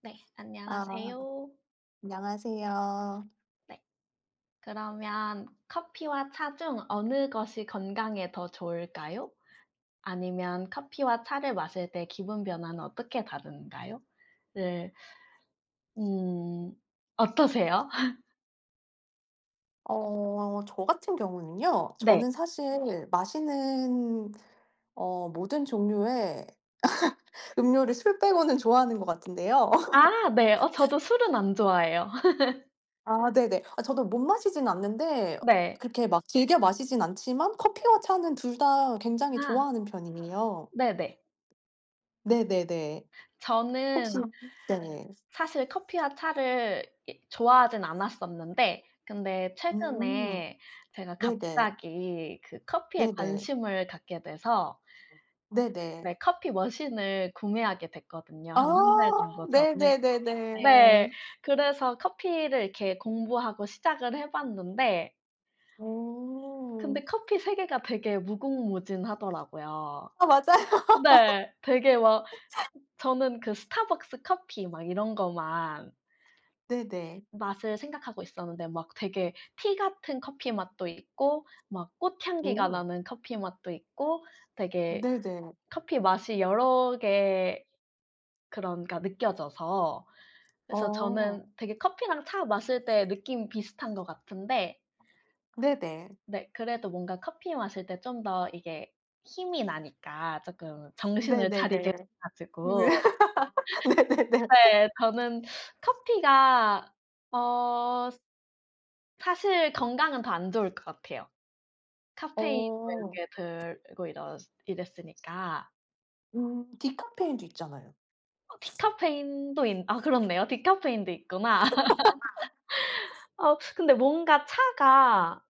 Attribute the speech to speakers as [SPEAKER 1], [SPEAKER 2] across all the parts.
[SPEAKER 1] 네,
[SPEAKER 2] 아
[SPEAKER 1] 안녕하세요.
[SPEAKER 2] 안녕하세요.
[SPEAKER 1] 네. 그러면 커피와 차 중 어느 것이 건강에 더 좋을까요? 아니면 커피와 차를 마실 때 기분 변화는 어떻게 다른가요? 를 음 어떠세요?
[SPEAKER 2] 저 같은 경우는요.
[SPEAKER 1] 네.
[SPEAKER 2] 저는 사실 마시는 모든 종류의 음료를 술 빼고는 좋아하는 것 같은데요.
[SPEAKER 1] 아 네. 저도 술은 안 좋아해요.
[SPEAKER 2] 아 네네. 아 저도 못 마시진 않는데
[SPEAKER 1] 네.
[SPEAKER 2] 그렇게 막 즐겨 마시진 않지만 커피와 차는 둘 다 굉장히
[SPEAKER 1] 아
[SPEAKER 2] 좋아하는 편이에요.
[SPEAKER 1] 네네.
[SPEAKER 2] 네네네. 혹시
[SPEAKER 1] 저는
[SPEAKER 2] 네.
[SPEAKER 1] 사실 커피와 차를 이 좋아하진 않았었는데 근데
[SPEAKER 2] 음.
[SPEAKER 1] 최근에 제가
[SPEAKER 2] 네네.
[SPEAKER 1] 갑자기 그 커피에
[SPEAKER 2] 네네.
[SPEAKER 1] 관심을 갖게 돼서
[SPEAKER 2] 네네.
[SPEAKER 1] 네, 커피 머신을 구매하게 됐거든요,
[SPEAKER 2] 아
[SPEAKER 1] 한 한 달 정도 전에. 네.
[SPEAKER 2] 네네네네.
[SPEAKER 1] 그래서 커피를 이렇게 공부하고 시작을 해 봤는데
[SPEAKER 2] 오.
[SPEAKER 1] 근데 커피 세계가 되게 무궁무진하더라고요.
[SPEAKER 2] 아 맞아요.
[SPEAKER 1] 네. 되게 막 저는 그 스타벅스 커피 막 이런 거만
[SPEAKER 2] 네네.
[SPEAKER 1] 맛을 생각하고 있었는데 막 되게 티 같은 커피 맛도 있고 막 꽃향기가
[SPEAKER 2] 오.
[SPEAKER 1] 나는 커피 맛도 있고 되게
[SPEAKER 2] 네네.
[SPEAKER 1] 커피 맛이 여러 개 그런 그러니까 느껴져서 그래서
[SPEAKER 2] 어.
[SPEAKER 1] 저는 되게 커피랑 차 마실 때 느낌이 비슷한 것 같은데
[SPEAKER 2] 네네.
[SPEAKER 1] 네 그래도 뭔가 커피 마실 때 좀 더 이게 힘이 나니까 쪼끔 정신을 차리게
[SPEAKER 2] 네네네.
[SPEAKER 1] 해
[SPEAKER 2] 음.
[SPEAKER 1] 가지고
[SPEAKER 2] 네네네.
[SPEAKER 1] 네 저는 커피가 어 사실 건강은 더 안 좋을 것 같아요. 카페인 뭐 이런
[SPEAKER 2] 어.
[SPEAKER 1] 게 들고 이러 이랬으니까.
[SPEAKER 2] 디카페인도 있잖아요.
[SPEAKER 1] 디카페인도 있 아 그렇네요. 디카페인도 있구나. 근데 뭔가 차가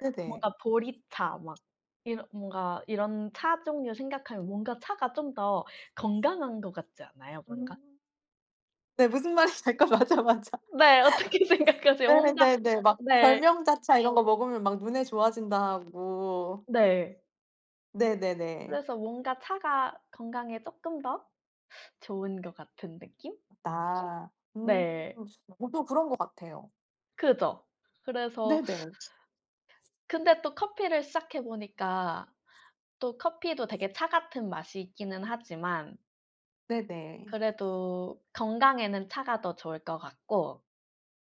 [SPEAKER 2] 네네.
[SPEAKER 1] 뭔가 보리차 막 이런 뭔가 이런 차 종류 생각하면 뭔가 차가 좀 더 건강한 것 같지 않아요 뭔가?
[SPEAKER 2] 음. 네, 무슨 말인지 알 것 맞아, 맞아.
[SPEAKER 1] 네. 어떻게 생각하세요? 뭔가
[SPEAKER 2] 네네네. 막
[SPEAKER 1] 네.
[SPEAKER 2] 결명자차 이런 거 먹으면 막 눈에 좋아진다 하고.
[SPEAKER 1] 네.
[SPEAKER 2] 네네네.
[SPEAKER 1] 그래서 뭔가 차가 건강에 쪼끔 더 좋은 것 같은 느낌?
[SPEAKER 2] 나 음.
[SPEAKER 1] 네.
[SPEAKER 2] 저도 그런 것 같아요.
[SPEAKER 1] 그죠. 그래서
[SPEAKER 2] 네네.
[SPEAKER 1] 근데 또 커피를 시작해 보니까 또 커피도 되게 차 같은 맛이 있기는 하지만
[SPEAKER 2] 네네.
[SPEAKER 1] 그래도 건강에는 차가 더 좋을 것 같고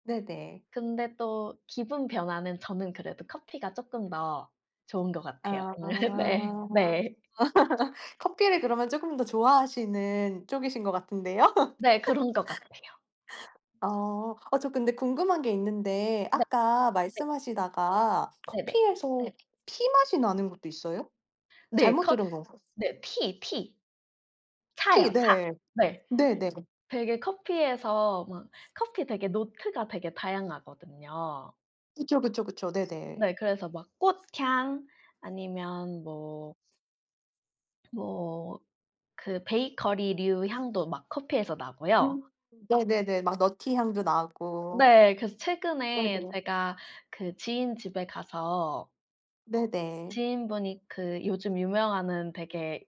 [SPEAKER 2] 네네.
[SPEAKER 1] 근데 또 기분 변화는 저는 그래도 커피가 쪼끔 더 좋은 것 같아요.
[SPEAKER 2] 아.
[SPEAKER 1] 오늘 네. 네.
[SPEAKER 2] 커피를 그러면 쪼금 더 좋아하시는 쪽이신 것 같은데요.
[SPEAKER 1] 네 그런 것 같아요.
[SPEAKER 2] 어. 저 근데 궁금한 게 있는데
[SPEAKER 1] 네
[SPEAKER 2] 아까
[SPEAKER 1] 네.
[SPEAKER 2] 말씀하시다가
[SPEAKER 1] 네네. 네.
[SPEAKER 2] 커피에서 네네. 피 맛이 나는 것도 있어요?
[SPEAKER 1] 네,
[SPEAKER 2] 잘못
[SPEAKER 1] 컵
[SPEAKER 2] 들은 건가?
[SPEAKER 1] 네 티, 티.
[SPEAKER 2] 피
[SPEAKER 1] 차요, 차.
[SPEAKER 2] 네.
[SPEAKER 1] 네.
[SPEAKER 2] 네네.
[SPEAKER 1] 되게 커피에서 막 커피 되게 노트가 되게 다양하거든요.
[SPEAKER 2] 그쵸, 그쵸, 그쵸. 네네.
[SPEAKER 1] 네. 그래서 막 꽃향 아니면 뭐 뭐 그 베이커리류 향도 막 커피에서 나고요.
[SPEAKER 2] 음 네네네. 막 너티 향도 나고.
[SPEAKER 1] 네. 그래서 최근에
[SPEAKER 2] 네네.
[SPEAKER 1] 제가 그 지인 집에 가서
[SPEAKER 2] 네네.
[SPEAKER 1] 지인분이 그 요즘 유명하는 되게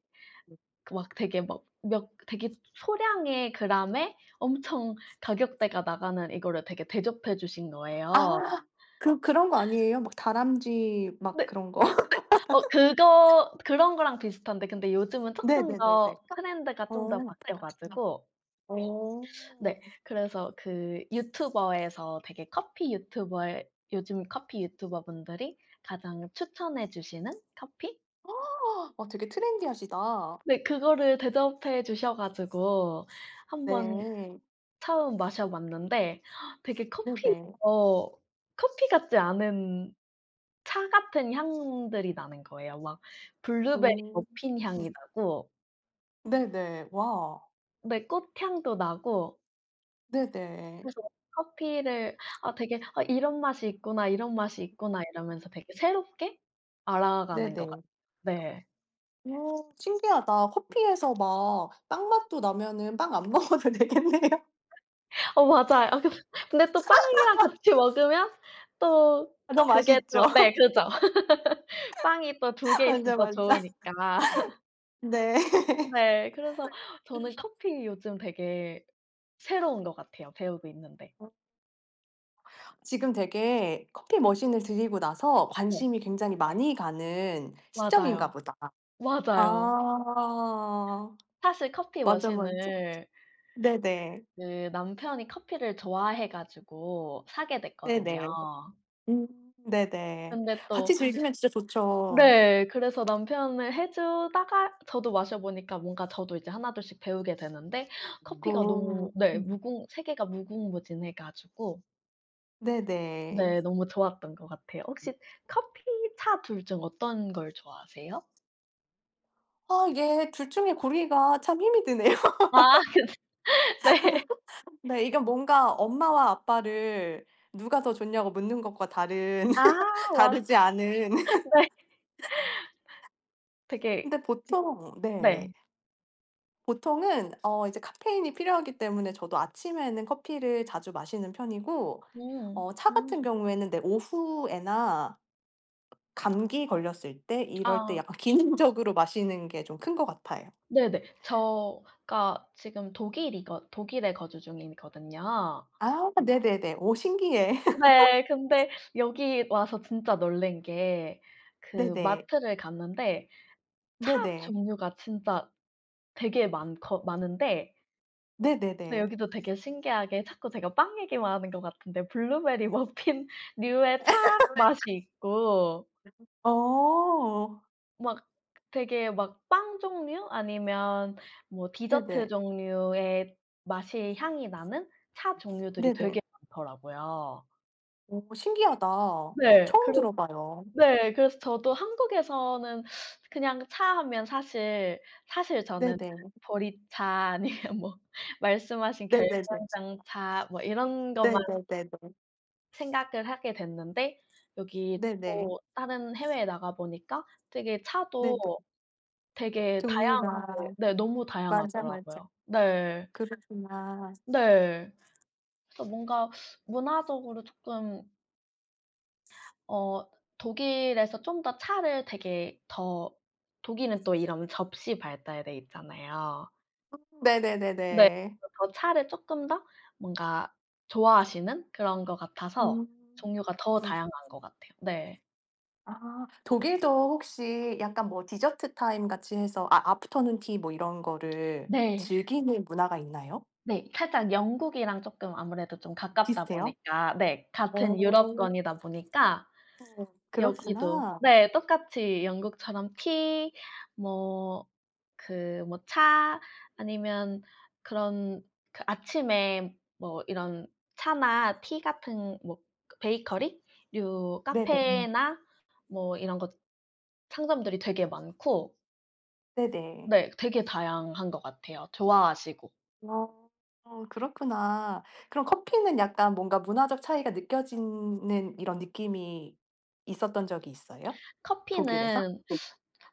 [SPEAKER 1] 그 막 되게 막 몇 되게 소량의 그램에 엄청 가격대가 나가는 이거를 되게 대접해 주신 거예요.
[SPEAKER 2] 아. 그 그런 거 아니에요? 막 다람쥐 막
[SPEAKER 1] 네.
[SPEAKER 2] 그런 거?
[SPEAKER 1] 그거 그런 거랑 비슷한데 근데 요즘은 쪼끔
[SPEAKER 2] 네네네네.
[SPEAKER 1] 더 트렌드가
[SPEAKER 2] 어.
[SPEAKER 1] 좀 더 바뀌어 가지고
[SPEAKER 2] 어.
[SPEAKER 1] 네. 그래서 그 유튜버에서 되게 커피 유튜버의 요즘 커피 유튜버분들이 가장 추천해 주시는 커피?
[SPEAKER 2] 아, 되게 트렌디하시다.
[SPEAKER 1] 네. 그거를 대접해 주셔 가지고 한번
[SPEAKER 2] 네.
[SPEAKER 1] 처음 마셔 봤는데 되게 커피
[SPEAKER 2] 네네.
[SPEAKER 1] 어 커피 같지 않은 차 같은 향들이 나는 거예요. 막 블루베리
[SPEAKER 2] 음.
[SPEAKER 1] 머핀 향이 나고
[SPEAKER 2] 네네. 와.
[SPEAKER 1] 네 꽃향도 나고
[SPEAKER 2] 네네.
[SPEAKER 1] 그래서 커피를 아 되게 '아 이런 맛이 있구나, 이런 맛이 있구나.' 이러면서 되게 새롭게 알아가는 것
[SPEAKER 2] 네네.
[SPEAKER 1] 같아요. 네.
[SPEAKER 2] 오 신기하다. 커피에서 막 빵 맛도 나면은 빵 안 먹어도 되겠네요.
[SPEAKER 1] 어 맞아요. 아 근데 근데 또 빵이랑 같이 먹으면 또
[SPEAKER 2] 너무
[SPEAKER 1] 그게
[SPEAKER 2] 맛있죠.
[SPEAKER 1] 또 네 그죠. 빵이 또 두 개 있으면
[SPEAKER 2] 맞아,
[SPEAKER 1] 더
[SPEAKER 2] 맞아.
[SPEAKER 1] 좋으니까.
[SPEAKER 2] 네.
[SPEAKER 1] 네. 그래서 저는 커피 요즘 되게 새로운 것 같아요, 배우고 있는데.
[SPEAKER 2] 지금 되게 커피 머신을 들이고 나서
[SPEAKER 1] 네.
[SPEAKER 2] 관심이 굉장히 많이 가는 시점인가
[SPEAKER 1] 맞아요.
[SPEAKER 2] 보다.
[SPEAKER 1] 맞아요.
[SPEAKER 2] 아.
[SPEAKER 1] 사실 커피
[SPEAKER 2] 맞아, 맞아.
[SPEAKER 1] 머신을
[SPEAKER 2] 네네.
[SPEAKER 1] 그 남편이 커피를 좋아해 가지고 사게 됐거든요.
[SPEAKER 2] 네네. 음 네네.
[SPEAKER 1] 근데
[SPEAKER 2] 같이
[SPEAKER 1] 또
[SPEAKER 2] 즐기면 진짜 좋죠.
[SPEAKER 1] 네. 그래서 남편을 해 주다가 저도 마셔 보니까 뭔가 저도 이제 하나둘씩 배우게 되는데
[SPEAKER 2] 고
[SPEAKER 1] 커피가 너무 네 무궁 세계가 무궁무진해 가지고
[SPEAKER 2] 네네.
[SPEAKER 1] 네 너무 좋았던 것 같아요. 혹시 커피, 차 둘 중 어떤 걸 좋아하세요?
[SPEAKER 2] 아 이게 둘 중에 고르기가 참 힘이 드네요.
[SPEAKER 1] 아 그 네.
[SPEAKER 2] 네, 이게 뭔가 엄마와 아빠를 누가 더 좋냐고 묻는 것과 다른
[SPEAKER 1] 아 맞
[SPEAKER 2] 다르지 않은
[SPEAKER 1] 네. 되게
[SPEAKER 2] 근데 보통
[SPEAKER 1] 네.
[SPEAKER 2] 네. 보통은 이제 카페인이 필요하기 때문에 저도 아침에는 커피를 자주 마시는 편이고
[SPEAKER 1] 음.
[SPEAKER 2] 차 같은 경우에는 네 오후에나 감기 걸렸을 때 이럴 때
[SPEAKER 1] 아.
[SPEAKER 2] 약간 기능적으로 마시는 게 좀 큰 것 같아요.
[SPEAKER 1] 네네. 저가 지금 독일이거 독일에 거주 중이거든요.
[SPEAKER 2] 아 네네네. 오 신기해.
[SPEAKER 1] 네. 근데 여기 와서 진짜 놀란 게 그
[SPEAKER 2] 네네.
[SPEAKER 1] 마트를 갔는데 차
[SPEAKER 2] 네네.
[SPEAKER 1] 종류가 진짜 되게 많거 많은데 근데
[SPEAKER 2] 네네네.
[SPEAKER 1] 여기도 되게 신기하게 자꾸 제가 빵 얘기만 하는 것 같은데 블루베리 머핀류의 차 맛이 있고
[SPEAKER 2] 어.
[SPEAKER 1] 막 되게 막 빵 종류 아니면 뭐 디저트
[SPEAKER 2] 네네.
[SPEAKER 1] 종류의 맛이 향이 나는 차 종류들이
[SPEAKER 2] 네네.
[SPEAKER 1] 되게 많더라고요.
[SPEAKER 2] 오 신기하다.
[SPEAKER 1] 네.
[SPEAKER 2] 처음
[SPEAKER 1] 그래
[SPEAKER 2] 들어봐요.
[SPEAKER 1] 네. 그래서 저도 한국에서는 그냥 차 하면 사실 저는
[SPEAKER 2] 네네.
[SPEAKER 1] 보리차 아니면 뭐 말씀하신
[SPEAKER 2] 네네네.
[SPEAKER 1] 결명장차 뭐 이런 것만
[SPEAKER 2] 네네네네.
[SPEAKER 1] 생각을 하게 됐는데 여기
[SPEAKER 2] 네네.
[SPEAKER 1] 또 다른 해외에 나가 보니까 되게 차도
[SPEAKER 2] 네네.
[SPEAKER 1] 되게 다양하게
[SPEAKER 2] 종류가
[SPEAKER 1] 네 너무
[SPEAKER 2] 맞아, 맞아.
[SPEAKER 1] 다양하더라고요. 네.
[SPEAKER 2] 그렇구나.
[SPEAKER 1] 네. 그래서 뭔가 문화적으로 쪼끔 어 독일에서 좀 더 차를 되게 더 독일은 또 이런 접시 발달돼 있잖아요. 네.
[SPEAKER 2] 네네네네.
[SPEAKER 1] 더 차를 쪼끔 더 뭔가 좋아하시는 그런 것
[SPEAKER 2] 음.
[SPEAKER 1] 같아서 종류가 더 다양한 것 같아요. 네.
[SPEAKER 2] 아 독일도 혹시 약간 뭐 디저트 타임 같이 해서 아 아프터눈 티 뭐 이런 거를
[SPEAKER 1] 네.
[SPEAKER 2] 즐기는 문화가 있나요?
[SPEAKER 1] 네. 살짝 영국이랑 쪼끔 아무래도 좀 가깝다
[SPEAKER 2] 비슷해요?
[SPEAKER 1] 보니까 네 같은
[SPEAKER 2] 어.
[SPEAKER 1] 유럽권이다 보니까 여기도
[SPEAKER 2] 그렇구나.
[SPEAKER 1] 네 똑같이 영국처럼 티 뭐 그 뭐 차 아니면 그런 그 아침에 뭐 이런 차나 티 같은 뭐 그 베이커리류
[SPEAKER 2] 네네. 음.
[SPEAKER 1] 카페나 뭐 이런 것 상점들이 되게 많고
[SPEAKER 2] 네네.
[SPEAKER 1] 네 되게 다양한 것 같아요 좋아하시고.
[SPEAKER 2] 어. 그렇구나. 그럼 커피는 약간 뭔가 문화적 차이가 느껴지는 이런 느낌이 있었던 적이 있어요? 독일에서?
[SPEAKER 1] 커피는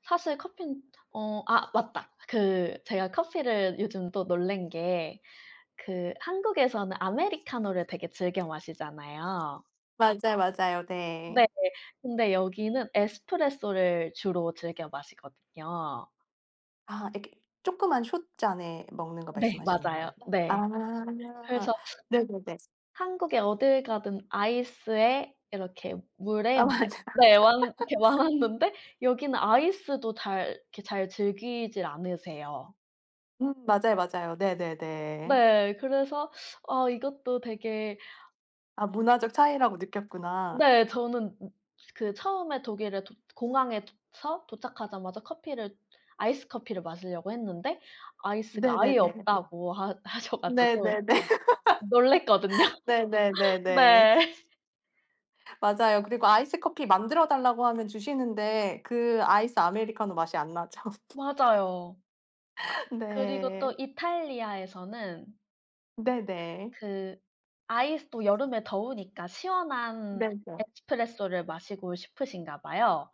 [SPEAKER 1] 사실 커피는 아 맞다. 그 제가 커피를 요즘 또 놀란 게 그 한국에서는 아메리카노를 되게 즐겨 마시잖아요.
[SPEAKER 2] 맞아요, 맞아요. 네.
[SPEAKER 1] 네. 근데 여기는 에스프레소를 주로 즐겨 마시거든요.
[SPEAKER 2] 아 이렇게 조그만 숏잔에 먹는 거
[SPEAKER 1] 네
[SPEAKER 2] 말씀하시는
[SPEAKER 1] 맞아요.
[SPEAKER 2] 거예요?
[SPEAKER 1] 네.
[SPEAKER 2] 아
[SPEAKER 1] 그래서
[SPEAKER 2] 네네네.
[SPEAKER 1] 한국에 어딜 가든 아이스에 이렇게 물에
[SPEAKER 2] 아
[SPEAKER 1] 막
[SPEAKER 2] 맞아요.
[SPEAKER 1] 네 완 이렇게 많았는데 여기는 아이스도 잘 이렇게 잘 즐기질 않으세요.
[SPEAKER 2] 맞아요, 맞아요. 네네네.
[SPEAKER 1] 네. 그래서 아 이것도 되게
[SPEAKER 2] 아 문화적 차이라고 느꼈구나.
[SPEAKER 1] 네. 저는 그 처음에 독일에 도 공항에 서 도착하자마자 커피를 아이스 커피를 마시려고 했는데 아이스가 아예
[SPEAKER 2] 네네네.
[SPEAKER 1] 없다고 하 하셔 가지고
[SPEAKER 2] 네네네.
[SPEAKER 1] 놀랐거든요.
[SPEAKER 2] 네네네네.
[SPEAKER 1] 네.
[SPEAKER 2] 맞아요. 그리고 아이스 커피 만들어 달라고 하면 주시는데 그 아이스 아메리카노 맛이 안 나죠.
[SPEAKER 1] 맞아요. 그리고 또
[SPEAKER 2] 네.
[SPEAKER 1] 이탈리아에서는
[SPEAKER 2] 네네.
[SPEAKER 1] 그 아이스 또 여름에 더우니까 시원한
[SPEAKER 2] 네네.
[SPEAKER 1] 에스프레소를 마시고 싶으신가 봐요.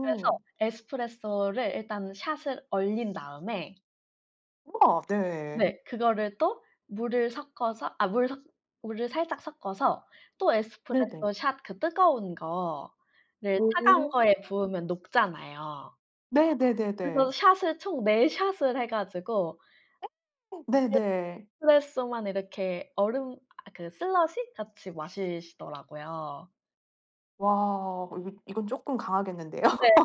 [SPEAKER 1] 그래서 에스프레소를 일단 샷을 얼린 다음에
[SPEAKER 2] 우와 네.
[SPEAKER 1] 네. 그거를 또 물을 섞어서 아 물 섞 물을 살짝 섞어서 또
[SPEAKER 2] 네네.
[SPEAKER 1] 에스프레소 샷 그 뜨거운 거를
[SPEAKER 2] 오.
[SPEAKER 1] 차가운 거에 부으면 녹잖아요.
[SPEAKER 2] 네네네네.
[SPEAKER 1] 그래서 샷을 총 4 샷을 해 가지고
[SPEAKER 2] 네네.
[SPEAKER 1] 에스프레소만 이렇게 얼음 아 그 슬러시 같이 마시시더라고요.
[SPEAKER 2] 와 이거 이건 쪼끔 강하겠는데요.
[SPEAKER 1] 네.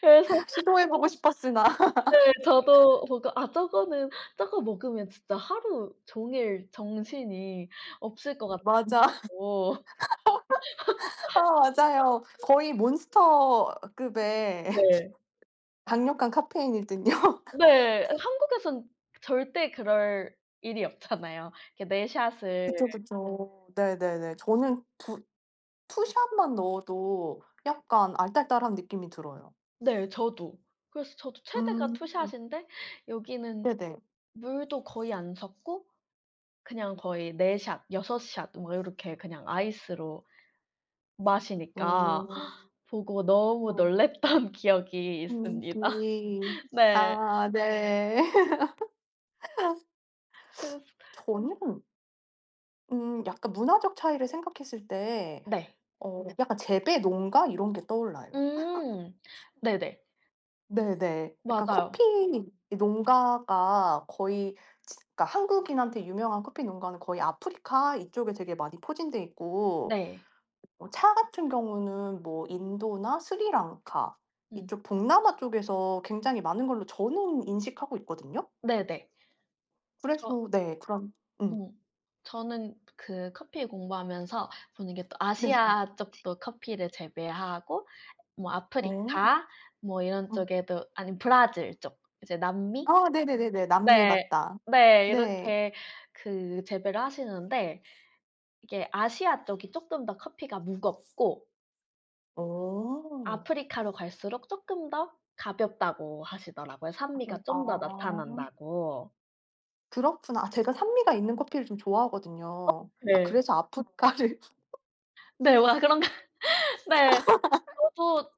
[SPEAKER 1] 그래서
[SPEAKER 2] 시도해 보고 싶었으나
[SPEAKER 1] 네 저도 보고 '아 저거는 저거 먹으면 진짜 하루 종일 정신이 없을 것
[SPEAKER 2] 맞아.
[SPEAKER 1] 같고'
[SPEAKER 2] 맞아요. 거의 몬스터급의
[SPEAKER 1] 네.
[SPEAKER 2] 강력한 카페인일 듯요.
[SPEAKER 1] 네. 한국에선 절대 그럴 일이 없잖아요. 이렇게 네 샷을
[SPEAKER 2] 그쵸, 그쵸. 네네네. 저는 두 2 샷만 넣어도 약간 알딸딸한 느낌이 들어요.
[SPEAKER 1] 네 저도. 그래서 저도 최대가
[SPEAKER 2] 음
[SPEAKER 1] 투 샷인데 여기는
[SPEAKER 2] 네네.
[SPEAKER 1] 물도 거의 안 섞고 그냥 거의 네 샷, 여섯 샷 뭐 요렇게 그냥 아이스로 마시니까
[SPEAKER 2] 어.
[SPEAKER 1] 보고 너무 놀랐던 기억이
[SPEAKER 2] 김
[SPEAKER 1] 있습니다.
[SPEAKER 2] 기...
[SPEAKER 1] 네.
[SPEAKER 2] 아 네.
[SPEAKER 1] 그래서
[SPEAKER 2] 저는 약간 문화적 차이를 생각했을 때
[SPEAKER 1] 네.
[SPEAKER 2] 약간 재배 농가 이런 게 떠올라요.
[SPEAKER 1] 음. 네네.
[SPEAKER 2] 네네. 약간
[SPEAKER 1] 맞아요.
[SPEAKER 2] 커피 농가가 거의 그러니까 한국인한테 유명한 커피 농가는 거의 아프리카 이쪽에 되게 많이 포진돼 있고
[SPEAKER 1] 네.
[SPEAKER 2] 차 같은 경우는 뭐 인도나 스리랑카
[SPEAKER 1] 음.
[SPEAKER 2] 이쪽 동남아 쪽에서 굉장히 많은 걸로 저는 인식하고 있거든요.
[SPEAKER 1] 네네. 저
[SPEAKER 2] 그래서 네 그런 음.
[SPEAKER 1] 음. 저는 그 커피 공부하면서 보는 게 또
[SPEAKER 2] 네. 네.
[SPEAKER 1] 아시아 쪽도 커피를 재배하고 뭐
[SPEAKER 2] 어.
[SPEAKER 1] 아프리카 뭐 이런
[SPEAKER 2] 음.
[SPEAKER 1] 쪽에도 아니 브라질 쪽 이제 남미?
[SPEAKER 2] 아 네네네네. 남미
[SPEAKER 1] 네.
[SPEAKER 2] 맞다.
[SPEAKER 1] 네.
[SPEAKER 2] 네.
[SPEAKER 1] 이렇게 그 재배를 하시는데 이게 아시아 쪽이 쪼끔 더 커피가 무겁고
[SPEAKER 2] 오
[SPEAKER 1] 아프리카로 갈수록 쪼끔 더 가볍다고 하시더라고요. 산미가
[SPEAKER 2] 아.
[SPEAKER 1] 좀 더 나타난다고.
[SPEAKER 2] 그렇구나. 아 제가 산미가 있는 커피를 좀 좋아하거든요. 아
[SPEAKER 1] 네.
[SPEAKER 2] 그래서 아프리카를
[SPEAKER 1] 네. 와 그런가 네. 저도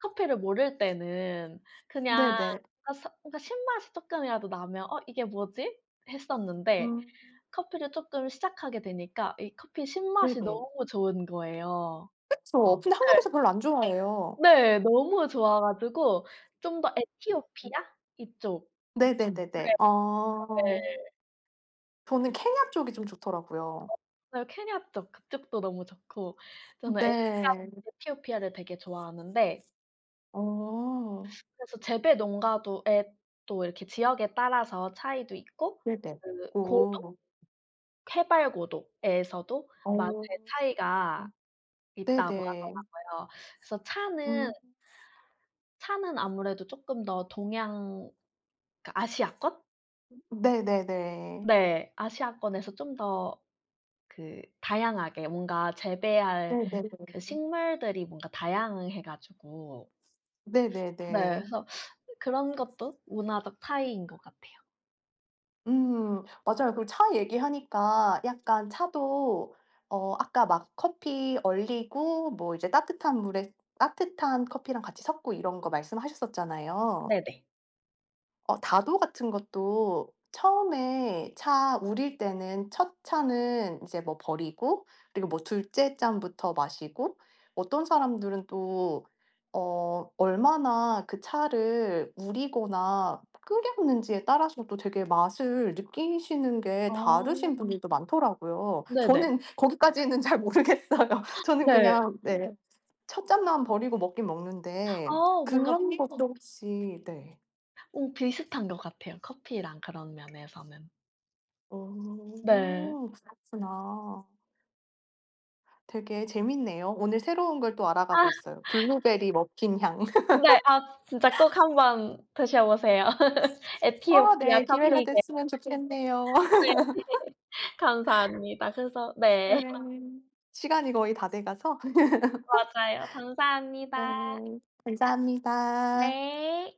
[SPEAKER 1] 커피를 모를 때는 그냥 네.
[SPEAKER 2] 네네.
[SPEAKER 1] 그러니까 서 그러니까 신맛이 쪼끔이라도 나면 '어 이게 뭐지?' 했었는데
[SPEAKER 2] 음
[SPEAKER 1] 커피를 쪼끔 시작하게 되니까 이 커피 신맛이
[SPEAKER 2] 네네.
[SPEAKER 1] 너무 좋은 거예요.
[SPEAKER 2] 그쵸. 어. 근데
[SPEAKER 1] 네.
[SPEAKER 2] 한국에서 별로 안 좋아해요.
[SPEAKER 1] 네. 너무 좋아 가지고 좀 더
[SPEAKER 2] 음.
[SPEAKER 1] 에티오피아
[SPEAKER 2] 음.
[SPEAKER 1] 이쪽
[SPEAKER 2] 네네네네. 아.
[SPEAKER 1] 네.
[SPEAKER 2] 저는
[SPEAKER 1] 그
[SPEAKER 2] 케냐 쪽이 좀 좋더라고요.
[SPEAKER 1] 네 케냐 쪽 그쪽도 너무 좋고 저는 에티아
[SPEAKER 2] 네.
[SPEAKER 1] 에티오피아를 되게 좋아하는데
[SPEAKER 2] 어.
[SPEAKER 1] 그래서 재배 농가도 에 또 이렇게 지역에 따라서 차이도 있고
[SPEAKER 2] 네네.
[SPEAKER 1] 그 고도?
[SPEAKER 2] 오.
[SPEAKER 1] 해발고도에서도 맛의
[SPEAKER 2] 어.
[SPEAKER 1] 차이가 있다고
[SPEAKER 2] 네네.
[SPEAKER 1] 하더라고요. 그래서 차는
[SPEAKER 2] 음.
[SPEAKER 1] 차는 아무래도 쪼끔 더 동양 그러니까 아시아권?
[SPEAKER 2] 네네네.
[SPEAKER 1] 네. 아시아권에서 좀 더 그 다양하게 뭔가 재배할
[SPEAKER 2] 네네.
[SPEAKER 1] 그 식물들이 뭔가 다양해 가지고
[SPEAKER 2] 네
[SPEAKER 1] 네
[SPEAKER 2] 네네네.
[SPEAKER 1] 그래서 그런 것도 문화적 차이인 것 같아요.
[SPEAKER 2] 맞아요. 그리고 차 얘기하니까 약간 차도 아까 막 커피 얼리고 뭐 이제 따뜻한 물에 따뜻한 커피랑 같이 섞고 이런 거 말씀하셨었잖아요.
[SPEAKER 1] 네네.
[SPEAKER 2] 다도 같은 것도 처음에 차 우릴 때는 첫 차는 이제 뭐 버리고 그리고 뭐 둘째 잔부터 마시고 어떤 사람들은 또 얼마나 그 차를 우리거나 끓였는지에 따라서도 되게 맛을 느끼시는 게 다르신
[SPEAKER 1] 어.
[SPEAKER 2] 분들도 많더라고요.
[SPEAKER 1] 네네.
[SPEAKER 2] 저는 거기까지는 잘 모르겠어요. 저는
[SPEAKER 1] 네.
[SPEAKER 2] 그냥 네. 첫 잔만 버리고 먹긴 먹는데
[SPEAKER 1] 뭔가
[SPEAKER 2] 그런 것도 혹시 네.
[SPEAKER 1] 비슷한 것 같아요, 커피랑 그런 면에서는. 네.
[SPEAKER 2] 오, 그렇구나. 되게 재밌네요. 오늘 새로운 걸 또 알아가고
[SPEAKER 1] 아
[SPEAKER 2] 있어요. 블루베리 머핀 향.
[SPEAKER 1] 네. 아 진짜 꼭 한번 드셔 보세요.
[SPEAKER 2] 아
[SPEAKER 1] 에티오피아
[SPEAKER 2] 네. 기회가
[SPEAKER 1] 커피 게
[SPEAKER 2] 됐으면 좋겠네요.
[SPEAKER 1] 감사합니다. 그래서
[SPEAKER 2] 네.
[SPEAKER 1] 네.
[SPEAKER 2] 시간이 거의 다돼 가서.
[SPEAKER 1] 맞아요. 감사합니다.
[SPEAKER 2] 네. 감사합니다.
[SPEAKER 1] 네.